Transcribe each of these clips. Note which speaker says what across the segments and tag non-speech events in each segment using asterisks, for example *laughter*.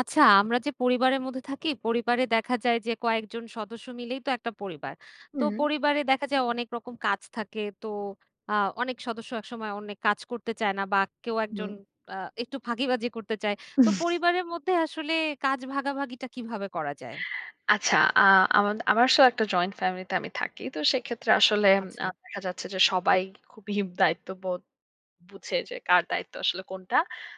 Speaker 1: আচ্ছা, আমরা যে পরিবারের মধ্যে থাকি, পরিবারে দেখা যায় যে কয়েকজন সদস্য মিলেই তো একটা পরিবার। তো
Speaker 2: হুম,
Speaker 1: পরিবারে দেখা যায় অনেক রকম কাজ থাকে। তো আ অনেক সদস্য একসময় অনেক কাজ করতে চায় না বা কেউ একজন
Speaker 2: হুম।
Speaker 1: আ একটু ফাঁকিবাজি করতে চায়। তো পরিবারের মধ্যে আসলে কাজ ভাগাভাগিটা কিভাবে করা যায়?
Speaker 2: আচ্ছা, আ আমা আমার আসলে একটা জয়েন্ট ফ্যামিলিতে আমি থাকি। তো সেক্ষেত্রে আসলে
Speaker 1: আচ্ছা,
Speaker 2: দেখা যাচ্ছে যে সবাই খুবই দায়িত্ববোধ বুঝে যে কার দায়িত্ব আসলে কোনটা।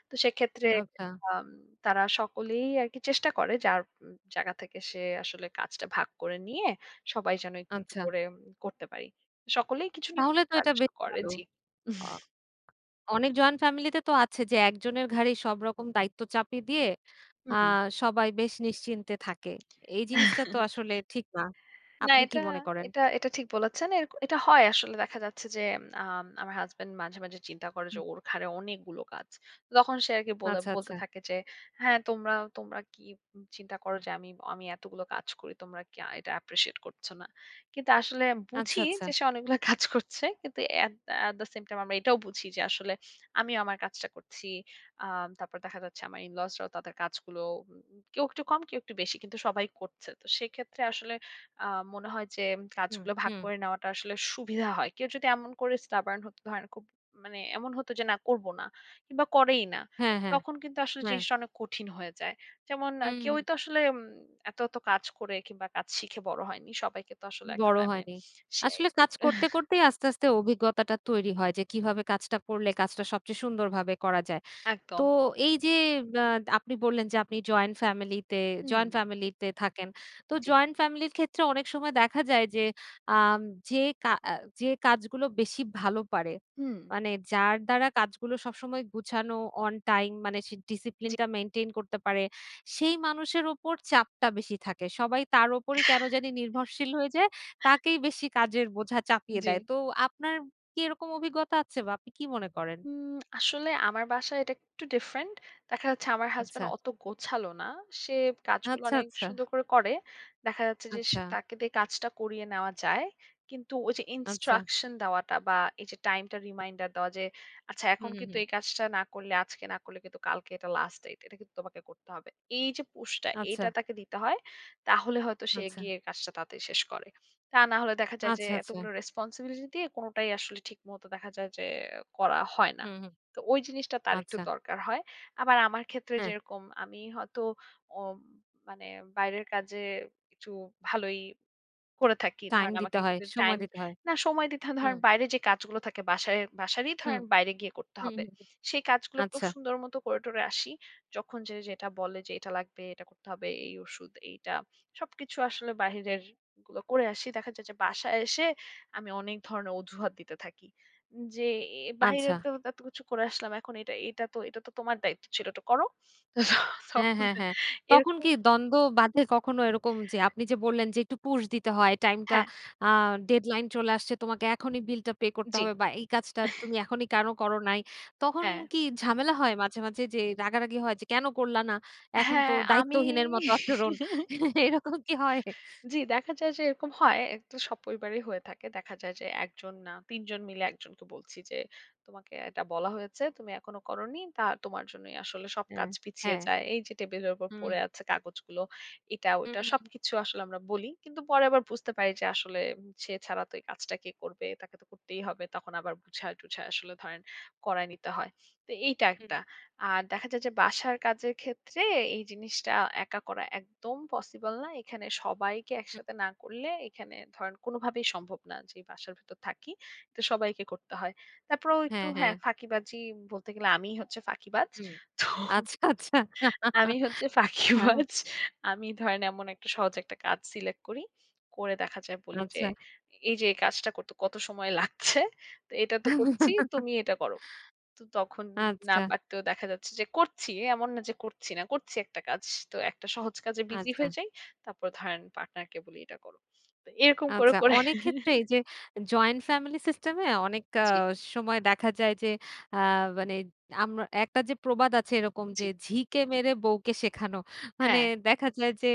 Speaker 2: তো সেক্ষেত্রে
Speaker 1: আচ্ছা,
Speaker 2: আম তারা সকলেই আরকি চেষ্টা করে যার জায়গা থেকে সে আসলে কাজটা ভাগ করে নিয়ে সবাই যেন একটু, একটু
Speaker 1: আচ্ছা।
Speaker 2: করে করতে পারি। সকলেই কিছু না
Speaker 1: তাহলে
Speaker 2: কিছু
Speaker 1: তো
Speaker 2: কাজ
Speaker 1: এটা বেশ
Speaker 2: করে।
Speaker 1: ভালো।
Speaker 2: জি।
Speaker 1: আ অনেক জয়েন্ট ফ্যামিলিতে তো আছে যে একজনের ঘাড়েই সব রকম দায়িত্ব চাপিয়ে দিয়ে আ
Speaker 2: হুম।
Speaker 1: সবাই বেশ নিশ্চিন্তে থাকে। এই জিনিসটা তো আসলে ঠিক না।
Speaker 2: না
Speaker 1: আপনি কি
Speaker 2: এটা
Speaker 1: মনে করেন?
Speaker 2: এটা এটা ঠিক বলেছেন। এটা হয় আসলে দেখা যাচ্ছে যে আমার হাসব্যান্ড মাঝে, মাঝে চিন্তা করে যে
Speaker 1: হুম,
Speaker 2: ওর ঘাড়ে অনেকগুলো কাজ। তখন সে আরকি
Speaker 1: আচ্ছা,
Speaker 2: বলতে
Speaker 1: আচ্ছা।
Speaker 2: থাকে যে, "হ্যাঁ, তোমরা তোমরা কি চিন্তা করো
Speaker 1: হুম,
Speaker 2: যে আমি আমি এতগুলো কাজ করি, তোমরা কি এটা appreciate করছো না?" কিন্তু আসলে
Speaker 1: আচ্ছা,
Speaker 2: বুঝি
Speaker 1: আচ্ছা।
Speaker 2: যে সে অনেকগুলো *laughs* কাজ করছে। কিন্তু at at the same time আমরা এটাও বুঝি যে আসলে আমিও আমার কাজটা করছি। তারপর দেখা যাচ্ছে আমার in-laws রাও তাদের কাজগুলো কেউ একটু কম, কেউ একটু বেশি কিন্তু সবাই করছে। তো সেক্ষেত্রে আসলে আ মনে হয় যে
Speaker 1: হুম,
Speaker 2: কাজগুলো ভাগ
Speaker 1: হুম।
Speaker 2: করে নেওয়াটা আসলে সুবিধা হয়। কেউ যদি এমন করে stubborn হতো ধরেন খুব মানে এমন হতো যে না করব না কিংবা করেই না।
Speaker 1: হ্যাঁ, হ্যাঁ,
Speaker 2: তখন কিন্তু আসলে
Speaker 1: হ্যাঁ।
Speaker 2: জিনিসটা অনেক কঠিন হয়ে যায়। যেমন
Speaker 1: হুম, হুম।
Speaker 2: কেউই তো আসলে এত, এত কাজ করে কিংবা কাজ শিখে বড় হয়নি। সবাইকে তো আসলে একটা
Speaker 1: বড়
Speaker 2: টাইমে
Speaker 1: হয়নি।
Speaker 2: সে
Speaker 1: আসলে কাজ করতে,
Speaker 2: *laughs*
Speaker 1: করতেই আস্তে, আস্তে অভিজ্ঞতাটা তৈরি হয় যে কিভাবে কাজটা করলে কাজটা সবচেয়ে সুন্দরভাবে করা যায়। তো
Speaker 2: একদম।
Speaker 1: এই যে আ আপনি বললেন যে আপনি জয়েন্ট ফ্যামিলিতে
Speaker 2: হুম,
Speaker 1: থাকেন। তো
Speaker 2: জি।
Speaker 1: জয়েন্ট ফ্যামিলির ক্ষেত্রে অনেক সময় দেখা যায় যে আম যে কা আ যে কাজগুলো বেশি ভালো পারে,
Speaker 2: হুম,
Speaker 1: মানে যার দ্বারা কাজগুলো সবসময় গুছানো, অন টাইম মানে সে
Speaker 2: জি,
Speaker 1: ডিসিপ্লিনটা মেইনটেইন করতে পারে, সেই মানুষের উপর চাপটা বেশি থাকে। সবাই তার উপরই কেন জানি নির্ভরশীল হয়ে যায়। তাকেই বেশি কাজের বোঝা চাপিয়ে
Speaker 2: জি।
Speaker 1: দেয়। তো আপনার কি এরকম অভিজ্ঞতা আছে বা আপনি কি মনে করেন?
Speaker 2: আসলে আমার বাসায় এটা একটু ডিফরেন্ট। দেখা যাচ্ছে আমার
Speaker 1: আচ্ছা,
Speaker 2: হাসব্যান্ড অত গোছালো না। সে কাজগুলো
Speaker 1: আচ্ছা,
Speaker 2: অনেক
Speaker 1: আচ্ছা।
Speaker 2: সুন্দর করে করে। দেখা যাচ্ছে যে সে
Speaker 1: আচ্ছা,
Speaker 2: তাকে দিয়ে কাজটা করিয়ে নেওয়া যায়। কিন্তু ওই যে
Speaker 1: আচ্ছা।
Speaker 2: ইনস্ট্রাকশন দেওয়াটা বা এই যে টাইমটা রিমাইন্ডার দেওয়া যে, আচ্ছা
Speaker 1: হুম,
Speaker 2: এখন
Speaker 1: হুম,
Speaker 2: কিন্তু
Speaker 1: হুম।
Speaker 2: এই কাজটা না করলে আজকে না করলে কিন্তু কালকে এটা লাস্ট ডেট। এটা কিন্তু তোমাকে করতে হবে। এই যে পুশটা
Speaker 1: আচ্ছা,
Speaker 2: এটা তাকে দিতে হয়। তাহলে হয়তো সে
Speaker 1: আচ্ছা,
Speaker 2: এগিয়ে কাজটা তাড়াতাড়ি শেষ করে। তা না হলে দেখা যায় যে
Speaker 1: আচ্ছা, আচ্ছা।
Speaker 2: এতগুলো রেসপনসিবিলিটি দিয়ে কোনটাই আসলে ঠিকমতো দেখা যায় যে করা হয় না।
Speaker 1: হুম, হুম।
Speaker 2: তো ওই জিনিসটা তার একটু
Speaker 1: আচ্ছা।
Speaker 2: দরকার হয়। আবার আমার ক্ষেত্রে
Speaker 1: হ্যাঁ,
Speaker 2: যেরকম আমি হয়তো অ মানে বাইরের কাজে একটু ভালোই করে থাকি।
Speaker 1: টাইম
Speaker 2: ধরেন
Speaker 1: দিতে
Speaker 2: আমাকে
Speaker 1: হয়,
Speaker 2: কিছু
Speaker 1: সময়
Speaker 2: টাইম
Speaker 1: দিতে হয়।
Speaker 2: না সময় দিতে হয়।
Speaker 1: হুম,
Speaker 2: ধরেন বাইরে যে কাজগুলো থাকে বাসায় বাসারই
Speaker 1: হুম,
Speaker 2: ধরেন বাইরে গিয়ে করতে
Speaker 1: হুম,
Speaker 2: হবে।
Speaker 1: হুম, হুম।
Speaker 2: সেই কাজগুলো খুব
Speaker 1: আচ্ছা,
Speaker 2: সুন্দর মতো করে টরে আসি। যখন যে যেটা বলে যে এটা লাগবে, এটা করতে হবে, এই ওষুধ এইটা। সবকিছু আসলে বাহিরের গুলো করে আসি। দেখা যায় যে বাসায় এসে আমি অনেক ধরনের অজুহাত দিতে থাকি। যে এ বাহিরে
Speaker 1: আচ্ছা।
Speaker 2: তো এত কিছু করে আসলাম। এখন এটা এটা তো এটা তো তোমার দায়িত্ব ছিল। এটা করো। তো
Speaker 1: হ্যাঁ,
Speaker 2: তখন
Speaker 1: হ্যাঁ, হ্যাঁ। তখন
Speaker 2: এরকম
Speaker 1: কি দ্বন্দ্ব বাধে কখনো এরকম যে আপনি যে বললেন যে একটু পুশ দিতে হয়, টাইমটা
Speaker 2: হ্যাঁ,
Speaker 1: আ ডেডলাইন চলে আসছে, তোমাকে এখনই বিলটা পে করতে
Speaker 2: জি,
Speaker 1: হবে বা এই কাজটা তুমি এখনই কেন করো নাই? তখন
Speaker 2: হ্যাঁ।
Speaker 1: কি ঝামেলা হয় মাঝে, মাঝে যে রাগারাগি হয় যে কেন করলা না? এখন তো
Speaker 2: হ্যাঁ, আমি
Speaker 1: দায়িত্বহীনের মতো আচরণ *laughs* এরকম কি হয়?
Speaker 2: জি, দেখা যায় যে এরকম হয়। এটা সব পরিবারেই হয়ে থাকে। দেখা যায় যে ১ জন না ৩ জন মিলে একজনকে বলছি যে, "তোমাকে এটা বলা হয়েছে, তুমি এখনো করোনি। তা তোমার জন্যই আসলে সব
Speaker 1: হ্যাঁ,
Speaker 2: কাজ পিছিয়ে
Speaker 1: হ্যাঁ।
Speaker 2: যায়। এই যে টেবিলের উপর
Speaker 1: হুম,
Speaker 2: পড়ে আছে কাগজগুলো, এটা
Speaker 1: হুম,
Speaker 2: ওটা"
Speaker 1: হুম,
Speaker 2: সবকিছু আসলে আমরা বলি। কিন্তু পরে আবার বুঝতে পারি যে আসলে সে ছাড়া তো এই কাজটা কে করবে? তাকে তো করতেই হবে। তখন আবার বুঝায়-টুঝায় আসলে ধরেন করায় নিতে হয়। তো এইটা
Speaker 1: হুম,
Speaker 2: একটা। আর দেখা যায় যে বাসার কাজের ক্ষেত্রে এই জিনিসটা একা করা একদম পসিবল না। এখানে সবাইকে
Speaker 1: হুম,
Speaker 2: একসাথে না করলে এখানে ধরেন কোনোভাবেই সম্ভব না যে বাসার ভেতর থাকি। তো সবাইকে করতে হয়। তারপরেও একটু
Speaker 1: হ্যাঁ, হ্যাঁ,
Speaker 2: হ্যাঁ, ফাঁকিবাজি বলতে গেলে আমিই হচ্ছে ফাঁকিবাজ।
Speaker 1: হুম।
Speaker 2: *laughs* তো
Speaker 1: আচ্ছা, আচ্ছা।
Speaker 2: আমি হচ্ছে
Speaker 1: হ্যাঁ,
Speaker 2: ফাঁকিবাজ। আমি ধরেন এমন একটা সহজ একটা কাজ সিলেক্ট করি। করে দেখা যায় বলি যে,
Speaker 1: আচ্ছা।
Speaker 2: "এই যে এই কাজটা করতে কত সময় লাগছে? তো এটা তো করছি, তুমি এটা করো।" তো তখন না
Speaker 1: আচ্ছা,
Speaker 2: পারতেও দেখা যাচ্ছে যে করছি। এমন না যে করছি না। করছি একটা কাজ। তো একটা সহজ কাজে বিজি
Speaker 1: আচ্ছা।
Speaker 2: হয়ে যাই। তারপর ধরেন পার্টনারকে বলি এটা করো। তো এরকম করে,
Speaker 1: আচ্ছা,
Speaker 2: করে
Speaker 1: অনেক ক্ষেত্রেই
Speaker 2: *laughs*
Speaker 1: যে জয়েন্ট ফ্যামিলি সিস্টেম এ অনেক
Speaker 2: আচ্ছা। জি,
Speaker 1: সময় দেখা যায় যে আ মানে আমরা একটা যে প্রবাদ আছে এরকম যে
Speaker 2: জি।
Speaker 1: ঝিকে মেরে বউকে শেখানো। মানে
Speaker 2: হ্যাঁ।
Speaker 1: দেখা যায় যে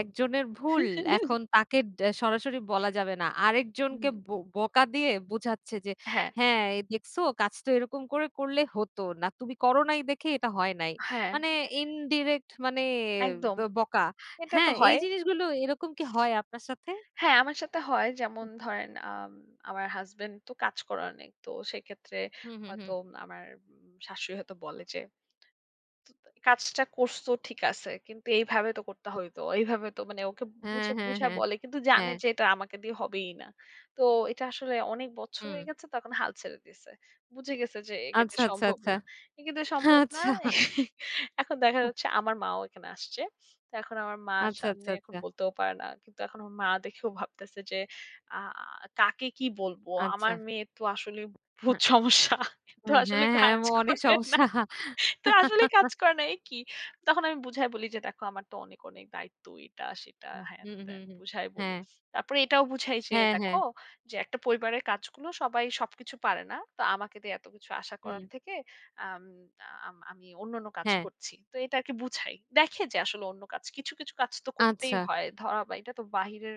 Speaker 1: একজনের ভুল এখন
Speaker 2: *laughs*
Speaker 1: তাকে সরাসরি বলা যাবে না।
Speaker 2: হুম।
Speaker 1: আরেকজনকে বকা দিয়ে বুঝাচ্ছে যে,
Speaker 2: হ্যাঁ,
Speaker 1: "হ্যাঁ, এই দেখছো কাজ তো এরকম করে করলে হতো না। তুমি করো নাই দেখে এটা হয় নাই।"
Speaker 2: হ্যাঁ,
Speaker 1: মানে ইনডিরেক্ট মানে
Speaker 2: একদম।
Speaker 1: বকা।
Speaker 2: এটা তো
Speaker 1: হ্যাঁ, এই
Speaker 2: হয়।
Speaker 1: জিনিসগুলো এরকম কি হয় আপনার সাথে?
Speaker 2: হ্যাঁ, আমার সাথে হয়। যেমন ধরেন আমার হাসব্যান্ড তো কাজ করে অনেক। তো সেক্ষেত্রে
Speaker 1: হুম, হুম,
Speaker 2: হয়তো
Speaker 1: হুম।
Speaker 2: আমার শাশুড়ি হয়তো বলে যে কাজটা করছো ঠিক আছে। কিন্তু এইভাবে তো করতে হইতো। এইভাবে তো মানে ওকে
Speaker 1: হ্যাঁ,
Speaker 2: বুঝে
Speaker 1: হ্যাঁ,
Speaker 2: বুঝায়
Speaker 1: হ্যাঁ,
Speaker 2: বলে কিন্তু জানে
Speaker 1: হ্যাঁ।
Speaker 2: যে এটা আমাকে দিয়ে হবেই না। তো এটা আসলে অনেক বছর
Speaker 1: হুম।
Speaker 2: হয়ে গেছে তখন হাল ছেড়ে দিছে। বুঝে গেছে যে এক্ষেত্রে
Speaker 1: আচ্ছা, আচ্ছা,
Speaker 2: সম্ভব
Speaker 1: আচ্ছা।
Speaker 2: না। এক্ষেত্রে সম্ভব না।
Speaker 1: আচ্ছা,
Speaker 2: *laughs* এখন দেখা যাচ্ছে আমার মাও এখানে আসছে। তো এখন আমার মা
Speaker 1: আচ্ছা, আচ্ছা,
Speaker 2: সামনে এখন
Speaker 1: আচ্ছা,
Speaker 2: বলতেও পারে না। কিন্তু এখন আমার মা দেখেও ভাবতেছে যে আ কাকে কি বলবো?
Speaker 1: আচ্ছা।
Speaker 2: আমার মেয়ের তো আসলে ভূত
Speaker 1: হ্যাঁ,
Speaker 2: সমস্যা। এ তো
Speaker 1: হ্যাঁ,
Speaker 2: আসলে
Speaker 1: হ্যাঁ, হ্যাঁ,
Speaker 2: কাজ
Speaker 1: ও অনেক
Speaker 2: করে না।
Speaker 1: সমস্যা।
Speaker 2: তো আসলেই কাজ করে না, এ কি? তখন আমি বুঝায় বলি যে, "দেখো আমার তো অনেক, অনেক দায়িত্ব, এটা সেটা
Speaker 1: হুম, হুম, হুম,
Speaker 2: হ্যান-ত্যান"
Speaker 1: হুম।
Speaker 2: বুঝায় বলি।
Speaker 1: হ্যাঁ,
Speaker 2: তারপরে এটাও বুঝাই যে, হ্যাঁ।
Speaker 1: হ্যাঁ, হ্যাঁ।
Speaker 2: "দেখো যে একটা পরিবারের কাজগুলো সবাই সবকিছু পারে না। তো আমাকে দিয়ে এত কিছু আশা
Speaker 1: হুম,
Speaker 2: করার থেকে আম আম আমি অন্য, অন্য কাজ
Speaker 1: হ্যাঁ।
Speaker 2: করছি।" তো এটা আরকি বুঝাই। দেখে যে আসলে অন্য কাজ কিছু, কিছু কাজ তো করতেই
Speaker 1: আচ্ছা।
Speaker 2: হয়। ধরা বা এটা তো বাহিরের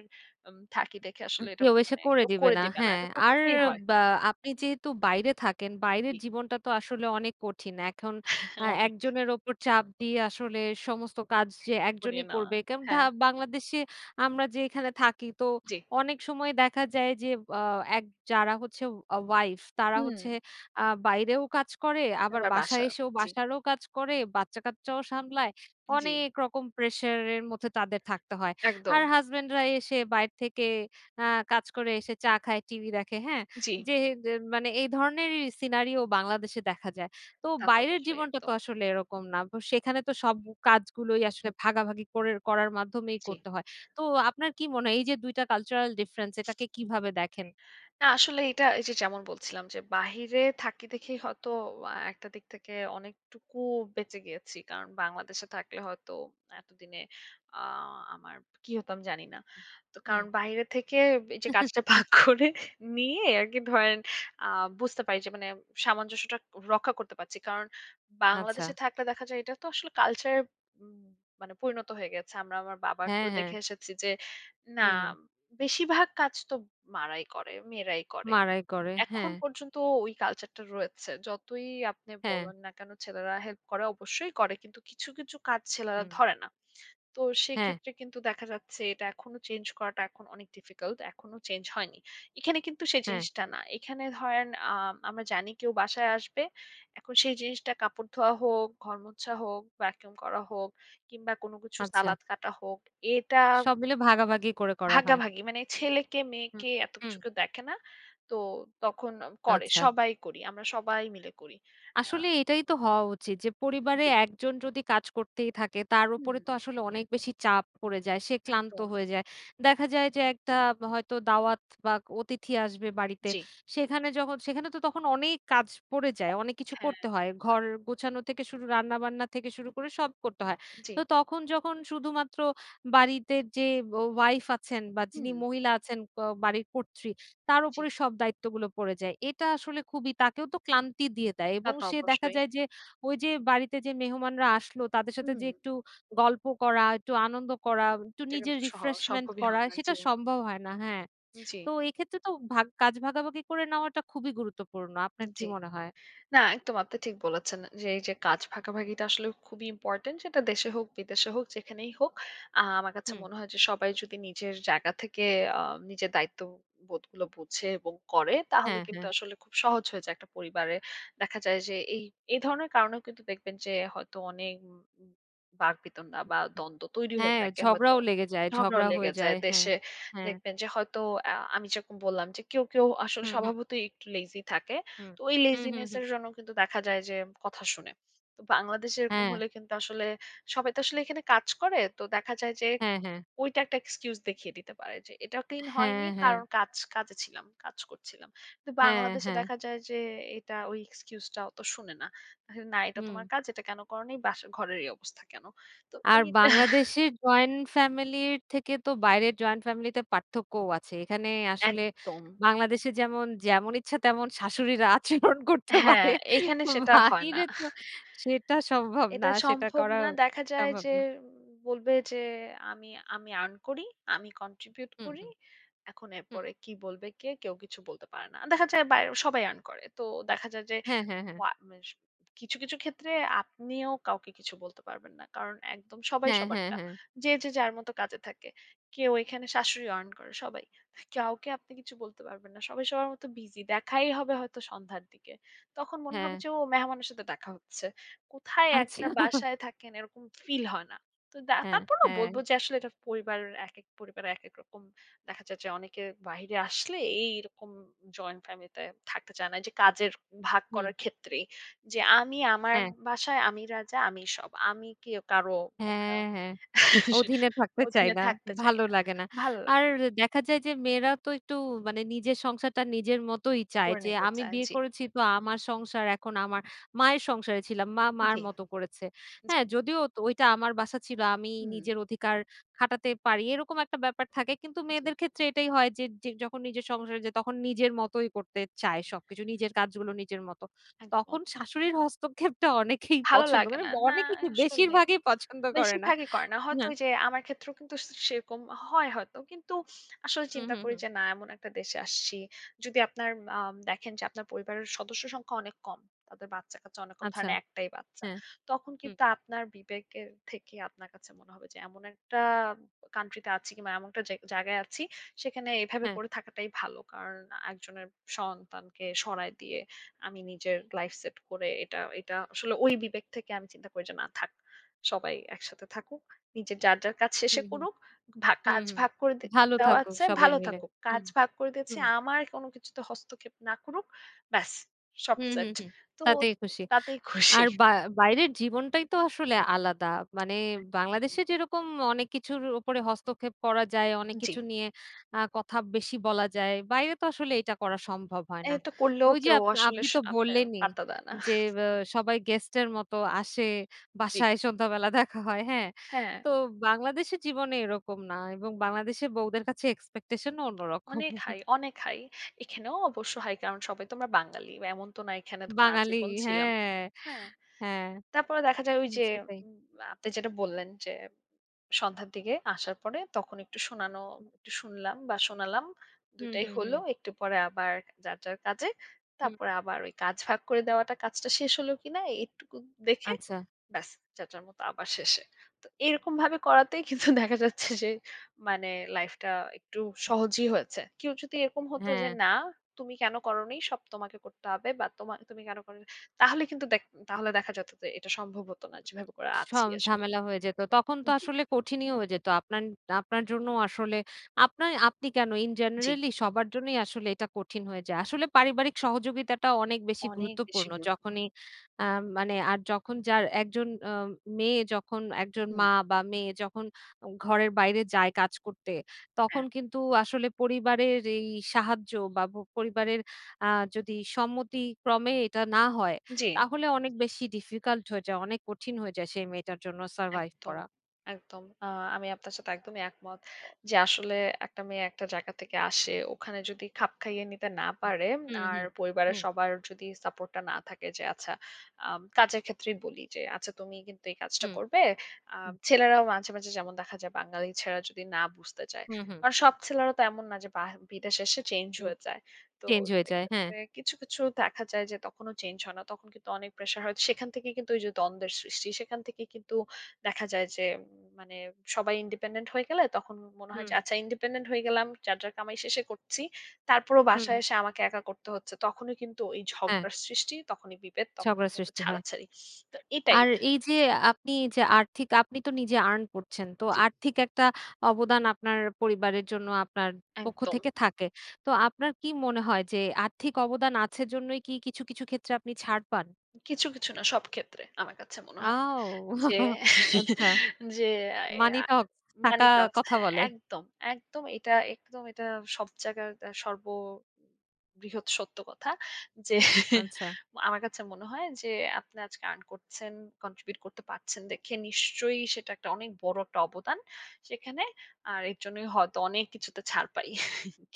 Speaker 2: থাকি দেখে আসলে এটা
Speaker 1: কেউ এসে
Speaker 2: মানে
Speaker 1: করে
Speaker 2: কেউ করে
Speaker 1: দিবে
Speaker 2: করে
Speaker 1: না।
Speaker 2: দিবে না।
Speaker 1: হ্যাঁ,
Speaker 2: এটা
Speaker 1: আর
Speaker 2: করতেই হয়।
Speaker 1: বা আপনি যেহেতু বাইরে থাকেন, বাইরের
Speaker 2: জি,
Speaker 1: জীবনটা তো আসলে অনেক কঠিন। এখন
Speaker 2: অনেক
Speaker 1: একজনের ওপর চাপ দিয়ে আসলে সমস্ত কাজ যে একজনই
Speaker 2: করিয়ে নেওয়া।
Speaker 1: করবে। কারণ
Speaker 2: হ্যাঁ,
Speaker 1: বাংলাদেশে আমরা যে এখানে থাকি তো
Speaker 2: জি।
Speaker 1: অনেক সময় দেখা যায় যে আ এক যারা হচ্ছে ওয়াইফ তারা
Speaker 2: হুম।
Speaker 1: হচ্ছে বাইরেও কাজ করে, আবার
Speaker 2: আবার
Speaker 1: বাসায়
Speaker 2: বাসা।
Speaker 1: এসেও
Speaker 2: জি,
Speaker 1: বাসারও কাজ করে, বাচ্চা-কাচ্চাও সামলায়।
Speaker 2: জি।
Speaker 1: অনেক রকম প্রেশার এর মধ্যে তাদের থাকতে হয়। আর
Speaker 2: একদম।
Speaker 1: হাসব্যান্ডরা এসে বাইরে থেকে আ কাজ করে এসে চা খায়, টিভি দেখে, হ্যাঁ?
Speaker 2: জি,
Speaker 1: যে যে মানে এই ধরনেরই সিনারিও বাংলাদেশে দেখা যায়। তো
Speaker 2: তা তো
Speaker 1: বাইরের
Speaker 2: অবশ্যই
Speaker 1: জীবনটা তো
Speaker 2: একদম।
Speaker 1: আসলে এরকম না। সেখানে তো সব কাজগুলোই আসলে ভাগাভাগি করে করার মাধ্যমেই
Speaker 2: জি।
Speaker 1: করতে হয়। তো আপনার কি মনে হয় এই যে ২ টা কালচারাল ডিফারেন্স এটাকে কিভাবে দেখেন?
Speaker 2: না আসলে এটা এই যে যেমন বলছিলাম যে বাহিরে থাকি দেখেই হয়তো একটা দিক থেকে অনেকটুকু বেঁচে গিয়েছি কারণ বাংলাদেশে থাকলে হয়তো এতদিনে আমার কি হতাম জানি না। তো
Speaker 1: হুম।
Speaker 2: কারণ বাইরে থেকে এই যে কাজটা *laughs* ভাগ করে নিয়ে আর কি ধরেন বুঝতে পারি যে মানে সামঞ্জস্যটা রক্ষা করতে পারছি কারণ
Speaker 1: আচ্ছা।
Speaker 2: বাংলাদেশে থাকলে দেখা যায় এটা তো আসলে কালচারের মানে পরিণত হয়ে গেছে। আমরা আমার
Speaker 1: হ্যাঁ,
Speaker 2: বাবাকেও
Speaker 1: হ্যাঁ।
Speaker 2: দেখে এসেছি যে না
Speaker 1: হুম, হুম।
Speaker 2: বেশিরভাগ কাজ তো মেয়েরাই করে।
Speaker 1: মাড়াই করে।
Speaker 2: এখন
Speaker 1: হ্যাঁ,
Speaker 2: পর্যন্ত ওই কালচারটা রয়েছে। যতই আপনি
Speaker 1: হ্যাঁ,
Speaker 2: বলেন না কেন ছেলেরা হেল্প করে অবশ্যই করে। কিন্তু কিছু, কিছু কাজ ছেলেরা
Speaker 1: হুম।
Speaker 2: ধরে না। তো
Speaker 1: হ্যাঁ,
Speaker 2: সেক্ষেত্রে কিন্তু দেখা যাচ্ছে এটা এখনো চেঞ্জ করাটা এখন অনেক ডিফিকাল্ট। এখনো চেঞ্জ হয়নি। এখানে কিন্তু সেই
Speaker 1: হ্যাঁ।
Speaker 2: জিনিসটা না। এখানে ধরেন আমরা জানি কেউ বাসায় আসবে। এখন সেই জিনিসটা কাপড় ধোয়া হোক, ঘর মোছা হোক, ভ্যাকুয়াম করা হোক কিংবা কোনো কিছু
Speaker 1: আচ্ছা।
Speaker 2: সালাদ কাটা হোক, এটা
Speaker 1: সব মিলে ভাগাভাগি করে করা হয়।
Speaker 2: ভাগাভাগি মানে ছেলেকে
Speaker 1: হুম,
Speaker 2: মেয়েকে এত
Speaker 1: হুম।
Speaker 2: কিছু কেউ দেখে না। তো তখন করে
Speaker 1: আচ্ছা।
Speaker 2: সবাই করি। আমরা সবাই মিলে করি। আ
Speaker 1: আসলে এটাই তো হওয়া উচিত যে পরিবারে
Speaker 2: জি।
Speaker 1: একজন যদি কাজ করতেই থাকে তার
Speaker 2: হুম,
Speaker 1: উপরে তো আসলে অনেক বেশি চাপ পড়ে যায়, সে ক্লান্ত
Speaker 2: একদম।
Speaker 1: হয়ে যায়। দেখা যায় যে একটা হয়তো দাওয়াত বা অতিথি আসবে বাড়িতে,
Speaker 2: জি।
Speaker 1: সেখানে তো তখন অনেক কাজ পড়ে যায়, অনেক কিছু
Speaker 2: হ্যাঁ।
Speaker 1: করতে হয়, ঘর গোছানো থেকে শুরু, রান্না বান্না থেকে শুরু করে সব করতে হয়।
Speaker 2: জি।
Speaker 1: তো তখন যখন শুধুমাত্র বাড়িতে যে ওয়াইফ আছেন বা যিনি
Speaker 2: হুম,
Speaker 1: মহিলা আছেন, বাড়ির কর্ত্রী, তার
Speaker 2: জি।
Speaker 1: উপরে সব দায়িত্বগুলো পড়ে যায়। এটা আসলে খুবই, তাকেও তো ক্লান্তি দিয়ে দেয়
Speaker 2: তা
Speaker 1: এবং
Speaker 2: তো
Speaker 1: সে দেখা
Speaker 2: অবশ্যই।
Speaker 1: যায় যে ওই যে বাড়িতে যে মেহমানরা আসলো তাদের সাথে
Speaker 2: হুম।
Speaker 1: যে একটু গল্প করা, একটু আনন্দ করা, একটু
Speaker 2: এটা
Speaker 1: নিজের
Speaker 2: কিন্তু
Speaker 1: রিফ্রেশমেন্ট
Speaker 2: সম্ভবই
Speaker 1: করা
Speaker 2: হয় না।
Speaker 1: সেটা
Speaker 2: জি,
Speaker 1: সম্ভব হয় না। হ্যাঁ,
Speaker 2: জি,
Speaker 1: তো এক্ষেত্রে তো কাজ ভাগাভাগি করে নেওয়াটা খুবই গুরুত্বপূর্ণ। আপনার কি
Speaker 2: জি।
Speaker 1: মনে হয়?
Speaker 2: না, একদম আপনি ঠিক বলেছেন। যে এই যে কাজ ভাগাভাগিটা আসলে খুবই ইম্পোর্টেন্ট। সেটা দেশে হোক, বিদেশে হোক, যেখানেই হোক। আমার কাছে
Speaker 1: হুম।
Speaker 2: মনে হয় যে সবাই যদি নিজের জায়গা থেকে আ নিজের দায়িত্ববোধগুলো বুঝে এবং করে তাহলে
Speaker 1: হ্যাঁ,
Speaker 2: কিন্তু
Speaker 1: হ্যাঁ।
Speaker 2: আসলে খুব সহজ হয়ে যায় একটা পরিবারে। দেখা যায় যে এই, এই ধরনের কারণেও কিন্তু দেখবেন যে হয়তো অনেক উম উম বাকবিতণ্ডা বা দ্বন্দ্ব তৈরি হয়ে
Speaker 1: হ্যাঁ,
Speaker 2: থাকে হয়তো।
Speaker 1: ঝগড়াও লেগে যায়,
Speaker 2: ঝগড়াও
Speaker 1: ঝগড়া হয়ে
Speaker 2: লেগে
Speaker 1: যায়।
Speaker 2: যায়
Speaker 1: হ্যাঁ,
Speaker 2: দেশে।
Speaker 1: হ্যাঁ।
Speaker 2: দেখবেন যে হয়তো আমি যেরকম বললাম যে কেউ, কেউ আসলে
Speaker 1: হুম, হুম,
Speaker 2: স্বভাবতই একটু লেজি থাকে।
Speaker 1: হুম।
Speaker 2: তো ওই
Speaker 1: হুম, হুম,
Speaker 2: লেজিনেস
Speaker 1: হুম।
Speaker 2: এর জন্য কিন্তু দেখা যায় যে কথা শুনে। তো বাংলাদেশে এরকম
Speaker 1: হ্যাঁ,
Speaker 2: হলে কিন্তু আসলে সবাই তো আসলে এখানে কাজ করে। তো দেখা যায় যে
Speaker 1: হ্যাঁ, হ্যাঁ।
Speaker 2: ওইটা একটা এক্সকিউজ দেখিয়ে দিতে পারে যে এটা ক্লিন
Speaker 1: হ্যাঁ,
Speaker 2: হয়নি
Speaker 1: হ্যাঁ।
Speaker 2: কারণ কাজে ছিলাম, কাজ করছিলাম। কিন্তু
Speaker 1: হ্যাঁ,
Speaker 2: বাংলাদেশে
Speaker 1: হ্যাঁ।
Speaker 2: দেখা যায় যে এটা ওই এক্সকিউজ টা অত শুনে না। আসলে না এটা
Speaker 1: হুম।
Speaker 2: তোমার কাজ, এটা কেন করনি? বাসা ঘরের এই অবস্থা কেন? তো
Speaker 1: আর
Speaker 2: এইটা *laughs*
Speaker 1: বাংলাদেশের জয়েন্ট ফ্যামিলির থেকে তো বাইরের জয়েন্ট ফ্যামিলিতে পার্থক্যও আছে। এখানে আসলে
Speaker 2: একদম।
Speaker 1: বাংলাদেশে যেমন ইচ্ছা তেমন শাশুড়িরা আচরণ করতে
Speaker 2: হ্যাঁ,
Speaker 1: পারে।
Speaker 2: এখানে সেটা হয় না।
Speaker 1: বাহিরে তো সেটা সম্ভব না।
Speaker 2: এটা
Speaker 1: সেটা
Speaker 2: সম্ভব
Speaker 1: করা
Speaker 2: না। দেখা যায়
Speaker 1: সম্ভব
Speaker 2: যে
Speaker 1: না।
Speaker 2: উম বলবে যে, "আমি আমি আর্ন করি, আমি কন্ট্রিবিউট
Speaker 1: হুম,
Speaker 2: করি।
Speaker 1: হুম,
Speaker 2: এখন
Speaker 1: হুম।
Speaker 2: এরপরে কি বলবে কে? কেউ কিছু বলতে পারে না।" দেখা যায় বায় সবাই আর্ন করে। তো দেখা যায় যে
Speaker 1: হ্যাঁ, হ্যাঁ, হ্যাঁ।
Speaker 2: ওয়া মেস কিছু, কিছু ক্ষেত্রে আপনিও কাউকে কিছু বলতে পারবেন না। কারণ একদম সবাই
Speaker 1: হ্যাঁ, হ্যাঁ,
Speaker 2: সবারটা।
Speaker 1: হ্যাঁ।
Speaker 2: যে, যে যার মতো কাজে থাকে। কেউ এখানে শাশুড়ি আর্ন করে, সবাই। কাউকে আপনি কিছু বলতে পারবেন না। সবাই সবার মতো বিজি। দেখাই হবে হয়তো সন্ধ্যার দিকে। তখন মনে
Speaker 1: হ্যাঁ।
Speaker 2: হবে যে ও মেহমানের সাথে দেখা হচ্ছে। কোথায়
Speaker 1: আচ্ছা।
Speaker 2: একটা বাসায় থাকেন এরকম ফিল হয় না। তো
Speaker 1: হ্যাঁ,
Speaker 2: তারপরেও
Speaker 1: হ্যাঁ।
Speaker 2: বলব যে আসলে এটা পরিবারের একেক পরিবারে একেক রকম দেখা যায় যে অনেকে বাহিরে আসলে এইরকম জয়েন্ট ফ্যামিলিতে থাকতে চায় না। যে কাজের ভাগ
Speaker 1: হুম।
Speaker 2: করার ক্ষেত্রেই যে আমি আমার
Speaker 1: হ্যাঁ।
Speaker 2: বাসায় আমি রাজা, আমি সব। আমি কি কারো কথা
Speaker 1: হ্যাঁ, হ্যাঁ।
Speaker 2: *laughs*
Speaker 1: অধীনে থাকতে চায়
Speaker 2: অধীনে
Speaker 1: না।
Speaker 2: থাকতে চাই
Speaker 1: ভালো
Speaker 2: না।
Speaker 1: লাগে না।
Speaker 2: ভালো লাগ
Speaker 1: আর দেখা যায় যে মেয়েরা তো একটু মানে নিজের সংসারটা নিজের মতোই চায়,
Speaker 2: করে
Speaker 1: যে
Speaker 2: নিতে
Speaker 1: আমি
Speaker 2: চায়।
Speaker 1: বিয়ে
Speaker 2: জি,
Speaker 1: করেছি তো আমার সংসার এখন আমার। মায়ের সংসারে ছিলাম। মার
Speaker 2: জি,
Speaker 1: মতো করেছে।
Speaker 2: জি।
Speaker 1: হ্যাঁ, যদিও তো ওইটা আমার বাসা ছিল। আমি
Speaker 2: হুম।
Speaker 1: নিজের অধিকার খাটাতে পারি এরকম একটা ব্যাপার থাকে। কিন্তু
Speaker 2: জি,
Speaker 1: মেয়েদের ক্ষেত্রে এটাই হয় যে যখন নিজের সংসারে যায় তখন নিজের মতোই করতে চায় সবকিছু। নিজের কাজগুলো নিজের মতো। তখন
Speaker 2: একদম।
Speaker 1: শাশুড়ির হস্তক্ষেপটা অনেকেই
Speaker 2: ভালো
Speaker 1: পছন্দ
Speaker 2: লাগে
Speaker 1: করে।
Speaker 2: না। না
Speaker 1: অনেকেই কি
Speaker 2: আসলেই।
Speaker 1: বেশিরভাগই পছন্দ করে না।
Speaker 2: বেশিরভাগই করে না। হয়তো
Speaker 1: হ্যাঁ।
Speaker 2: ওই যে আমার ক্ষেত্রেও কিন্তু সে সেরকম হয় হয়তো। কিন্তু আসলে
Speaker 1: হুম,
Speaker 2: চিন্তা
Speaker 1: হুম,
Speaker 2: করি
Speaker 1: হুম।
Speaker 2: যে না এমন একটা দেশে আসছি। যদি আপনার দেখেন যে আপনার পরিবারের সদস্য সংখ্যা অনেক কম। তাদের বাচ্চা-কাচ্চা অনেক কম।
Speaker 1: আচ্ছা,
Speaker 2: ধরেন একটাই বাচ্চা।
Speaker 1: হ্যাঁ।
Speaker 2: তখন
Speaker 1: হুম,
Speaker 2: কিন্তু আপনার বিবেকের থেকে আপনার কাছে মনে হবে যে এমন একটা কান্ট্রি তে আছি কিংবা এমন একটা জায়গায় আছি সেখানে এভাবে
Speaker 1: হ্যাঁ,
Speaker 2: করে থাকাটাই ভালো। কারণ একজনের সন্তানকে সরায় দিয়ে আমি নিজের লাইফ সেট করে এটা এটা আসলে ওই বিবেক থেকে আমি চিন্তা করি যে না থাক। সবাই একসাথে থাকুক। নিজের যার, যার কাজ
Speaker 1: হুম,
Speaker 2: শেষে
Speaker 1: হুম,
Speaker 2: করুক।
Speaker 1: হুম,
Speaker 2: কাজ
Speaker 1: হুম।
Speaker 2: ভাগ করে দে
Speaker 1: ভালো
Speaker 2: দেওয়া
Speaker 1: থাকুক
Speaker 2: আছে,
Speaker 1: সবাই
Speaker 2: ভালো
Speaker 1: মিলে।
Speaker 2: থাকুক। কাজ
Speaker 1: হুম,
Speaker 2: ভাগ করে দিয়েছি,
Speaker 1: হুম,
Speaker 2: আমার কোনো কিছুতে হস্তক্ষেপ না করুক। ব্যাস সব
Speaker 1: হুম, হুম,
Speaker 2: সেট।
Speaker 1: হুম।
Speaker 2: তো
Speaker 1: তাতেই খুশি।
Speaker 2: তাতেই খুশি।
Speaker 1: আর বা বাইরের জীবনটাই তো আসলে আলাদা। মানে বাংলাদেশে যেরকম অনেক কিছুর উপরে হস্তক্ষেপ করা যায়, অনেক
Speaker 2: জি।
Speaker 1: কিছু নিয়ে কথা বেশি বলা যায়। বাইরে তো আসলে এটা করা সম্ভব হয় না।
Speaker 2: এটা করলেও
Speaker 1: ওই যে
Speaker 2: কেউ আসলে
Speaker 1: আপনি তো
Speaker 2: আপনার
Speaker 1: বললেনই
Speaker 2: পাত্তা দেয় না।
Speaker 1: যে আ সবাই গেস্টের মতো আসে,
Speaker 2: জি।
Speaker 1: বাসায় সন্ধ্যাবেলা দেখা হয়, হ্যাঁ?
Speaker 2: হ্যাঁ,
Speaker 1: তো বাংলাদেশের জীবনে এরকম না, এবং বাংলাদেশে বউদের কাছে এক্সপেকটেশন ও অন্যরকম।
Speaker 2: অনেক হাই, অনেক হাই। এখানেও অবশ্য হাই কারণ সবাই তো আমরা বাঙালি। এমন তো না এখানে ধরেন
Speaker 1: বাঙালি,
Speaker 2: আজীবন ছিলাম।
Speaker 1: হ্যাঁ,
Speaker 2: হ্যাঁ।
Speaker 1: হ্যাঁ,
Speaker 2: তারপরে দেখা যায় ওই
Speaker 1: হুম,
Speaker 2: যে
Speaker 1: সেটাই।
Speaker 2: উম আপনি যেটা বললেন যে সন্ধ্যার দিকে আসার পরে তখন একটু শোনানো একটু শুনলাম বা শোনালাম
Speaker 1: হুম,
Speaker 2: দুটাই
Speaker 1: হুম,
Speaker 2: হলো
Speaker 1: হুম,
Speaker 2: একটু পরে আবার যার যার কাজে
Speaker 1: হুম,
Speaker 2: তারপরে আবার ওই কাজ ভাগ করে দেওয়াটা কাজটা শেষ হলো কিনা এইটুকু দেখে
Speaker 1: আচ্ছা।
Speaker 2: ব্যাস যার, যার মতো আবার শেষে। তো এরকমভাবে করাতেই কিন্তু *laughs* দেখা যাচ্ছে যে মানে লাইফটা একটু সহজই হয়েছে। কেউ যদি এরকম হতো
Speaker 1: হ্যাঁ,
Speaker 2: যে না তুমি কেন করোনি? সব তোমাকে করতে হবে বা তুমি কেন করোনি? তাহলে কিন্তু দেখ তাহলে দেখা যেত যে এটা সম্ভব হতো না যেভাবে করে আছি
Speaker 1: সব
Speaker 2: আসলে।
Speaker 1: ঝামেলা হয়ে যেত। তখন তো
Speaker 2: জি।
Speaker 1: আসলে কঠিনই হয়ে যেত। আপনার আপনার জন্য আসলে আপনি কেন, ইন
Speaker 2: জি,
Speaker 1: জেনারেলি সবার জন্যই আসলে এটা কঠিন হয়ে যায়। আসলে পারিবারিক সহযোগিতাটা অনেক বেশি
Speaker 2: অনেক বেশি
Speaker 1: গুরুত্বপূর্ণ।
Speaker 2: গুরুত্বপূর্ণ।
Speaker 1: যখনই আ মানে আর যখন যার একজন আ মেয়ে যখন একজন
Speaker 2: হুম,
Speaker 1: মা বা মেয়ে যখন ঘরের বাইরে যায় কাজ করতে, তখন
Speaker 2: হ্যাঁ,
Speaker 1: কিন্তু আসলে পরিবারের এই সাহায্য বা ব পরিবারের আ যদি সম্মতিক্রমে এটা না হয়
Speaker 2: জি।
Speaker 1: তাহলে অনেক বেশি ডিফিকাল্ট হয়ে যায়। অনেক কঠিন হয়ে যায় সেই মেয়েটার জন্য সারভাইভ
Speaker 2: একদম,
Speaker 1: করা।
Speaker 2: একদম। আমি আপনার সাথে একদমই একমত। যে আসলে একটা মেয়ে একটা জায়গা থেকে আসে, ওখানে যদি খাপ খাইয়ে নিতে না পারে
Speaker 1: হুম,
Speaker 2: আর
Speaker 1: হুম,
Speaker 2: পরিবারের
Speaker 1: হুম,
Speaker 2: সবার যদি সাপোর্ট টা না থাকে যে আচ্ছা কাজের ক্ষেত্রেই বলি যে, "আচ্ছা তুমি কিন্তু এই কাজটা
Speaker 1: হুম,
Speaker 2: করবে।" আ
Speaker 1: হুম,
Speaker 2: ছেলেরাও মাঝে, মাঝে যেমন দেখা যায় বাঙালি ছেলেরা যদি না বুঝতে চায়।
Speaker 1: হুম, হুম,
Speaker 2: কারণ সব ছেলেরা তো এমন না যে বাহ বিদেশে এসে চেঞ্জ
Speaker 1: হুম।
Speaker 2: হয়ে যায়। তো
Speaker 1: চেঞ্জ হয়ে যায়। হ্যাঁ।
Speaker 2: সেক্ষেত্রে কিছু, কিছু দেখা যায় যে তখনও চেঞ্জ হয় না। তখন কিন্তু অনেক প্রেশার হয়। সেখান থেকেই কিন্তু ওই যে দ্বন্দ্বের সৃষ্টি, সেখান থেকেই কিন্তু দেখা যায় যে উম, মানে সবাই ইন্ডিপেন্ডেন্ট হয়ে গেলে তখন মনে হয়
Speaker 1: হুম,
Speaker 2: যে আচ্ছা ইন্ডিপেন্ডেন্ট হয়ে গেলাম যার, যার কামাই শেষে করছি। তারপরও
Speaker 1: হুম,
Speaker 2: বাসায়
Speaker 1: হুম।
Speaker 2: এসে আমাকে একা করতে হচ্ছে। তখনই কিন্তু এই
Speaker 1: হ্যাঁ,
Speaker 2: ঝগড়ার সৃষ্টি, তখনই বিভেদ,
Speaker 1: ঝগড়ার
Speaker 2: তখনই কিন্তু
Speaker 1: সৃষ্টি হয়।
Speaker 2: ছাড়াছাড়ি। তো এটাই।
Speaker 1: আর এই যে আপনি যে আর্থিক আপনি তো নিজে আর্ন করছেন। তো
Speaker 2: জি,
Speaker 1: আর্থিক একটা অবদান আপনার পরিবারের জন্য আপনার পক্ষ
Speaker 2: একদম।
Speaker 1: থেকে থাকে। তো আপনার কি মনে হয় যে আর্থিক অবদান আছে জন্যই কি কিছু, কিছু ক্ষেত্রে আপনি ছাড় পান?
Speaker 2: কিছু, কিছু না সব ক্ষেত্রে আমার কাছে মনে হয়। যে
Speaker 1: আও আচ্ছা,
Speaker 2: যে
Speaker 1: মানি
Speaker 2: আ
Speaker 1: টক্স,
Speaker 2: মানি
Speaker 1: টাকা
Speaker 2: টক্স
Speaker 1: কথা
Speaker 2: হ্যাঁ,
Speaker 1: বলে।
Speaker 2: একদম, একদম এটা একদম এটা সব জায়গার সর্ব বৃহৎ সত্য কথা যে
Speaker 1: আচ্ছা।
Speaker 2: আমার কাছে মনে হয় যে আপনি আজকে আর্ন করছেন, কন্ট্রিবিউট করতে পারছেন দেখে নিশ্চয়ই সেটা একটা অনেক বড় একটা অবদান সেখানে। আর এর জন্যই হয়তো অনেক কিছুতে ছাড় পাই।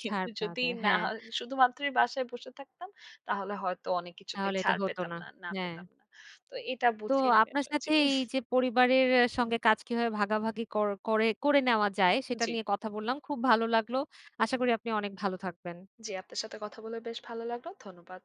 Speaker 2: কিন্তু
Speaker 1: ছাড় পাওয়া
Speaker 2: যদি
Speaker 1: যায়।
Speaker 2: না
Speaker 1: হ্যাঁ,
Speaker 2: হয় শুধুমাত্রই বাসায় বসে থাকতাম তাহলে হয়তো অনেক কিছুতেই
Speaker 1: তাহলে এটা
Speaker 2: ছাড়
Speaker 1: হতো
Speaker 2: পেতাম
Speaker 1: না।
Speaker 2: না, না
Speaker 1: হ্যাঁ।
Speaker 2: পেতাম না। তো এটা
Speaker 1: তো
Speaker 2: বুঝেই আমি
Speaker 1: আপনার
Speaker 2: আসলে জি,
Speaker 1: সাথে এই যে পরিবারের সঙ্গে কাজ কিভাবে ভাগাভাগি কর করে করে নেওয়া যায় সেটা
Speaker 2: জি,
Speaker 1: নিয়ে কথা বললাম। খুব ভালো লাগলো। আশা করি আপনি অনেক ভালো থাকবেন।
Speaker 2: জি আপনার সাথে কথা বলে বেশ ভালো লাগলো। ধন্যবাদ।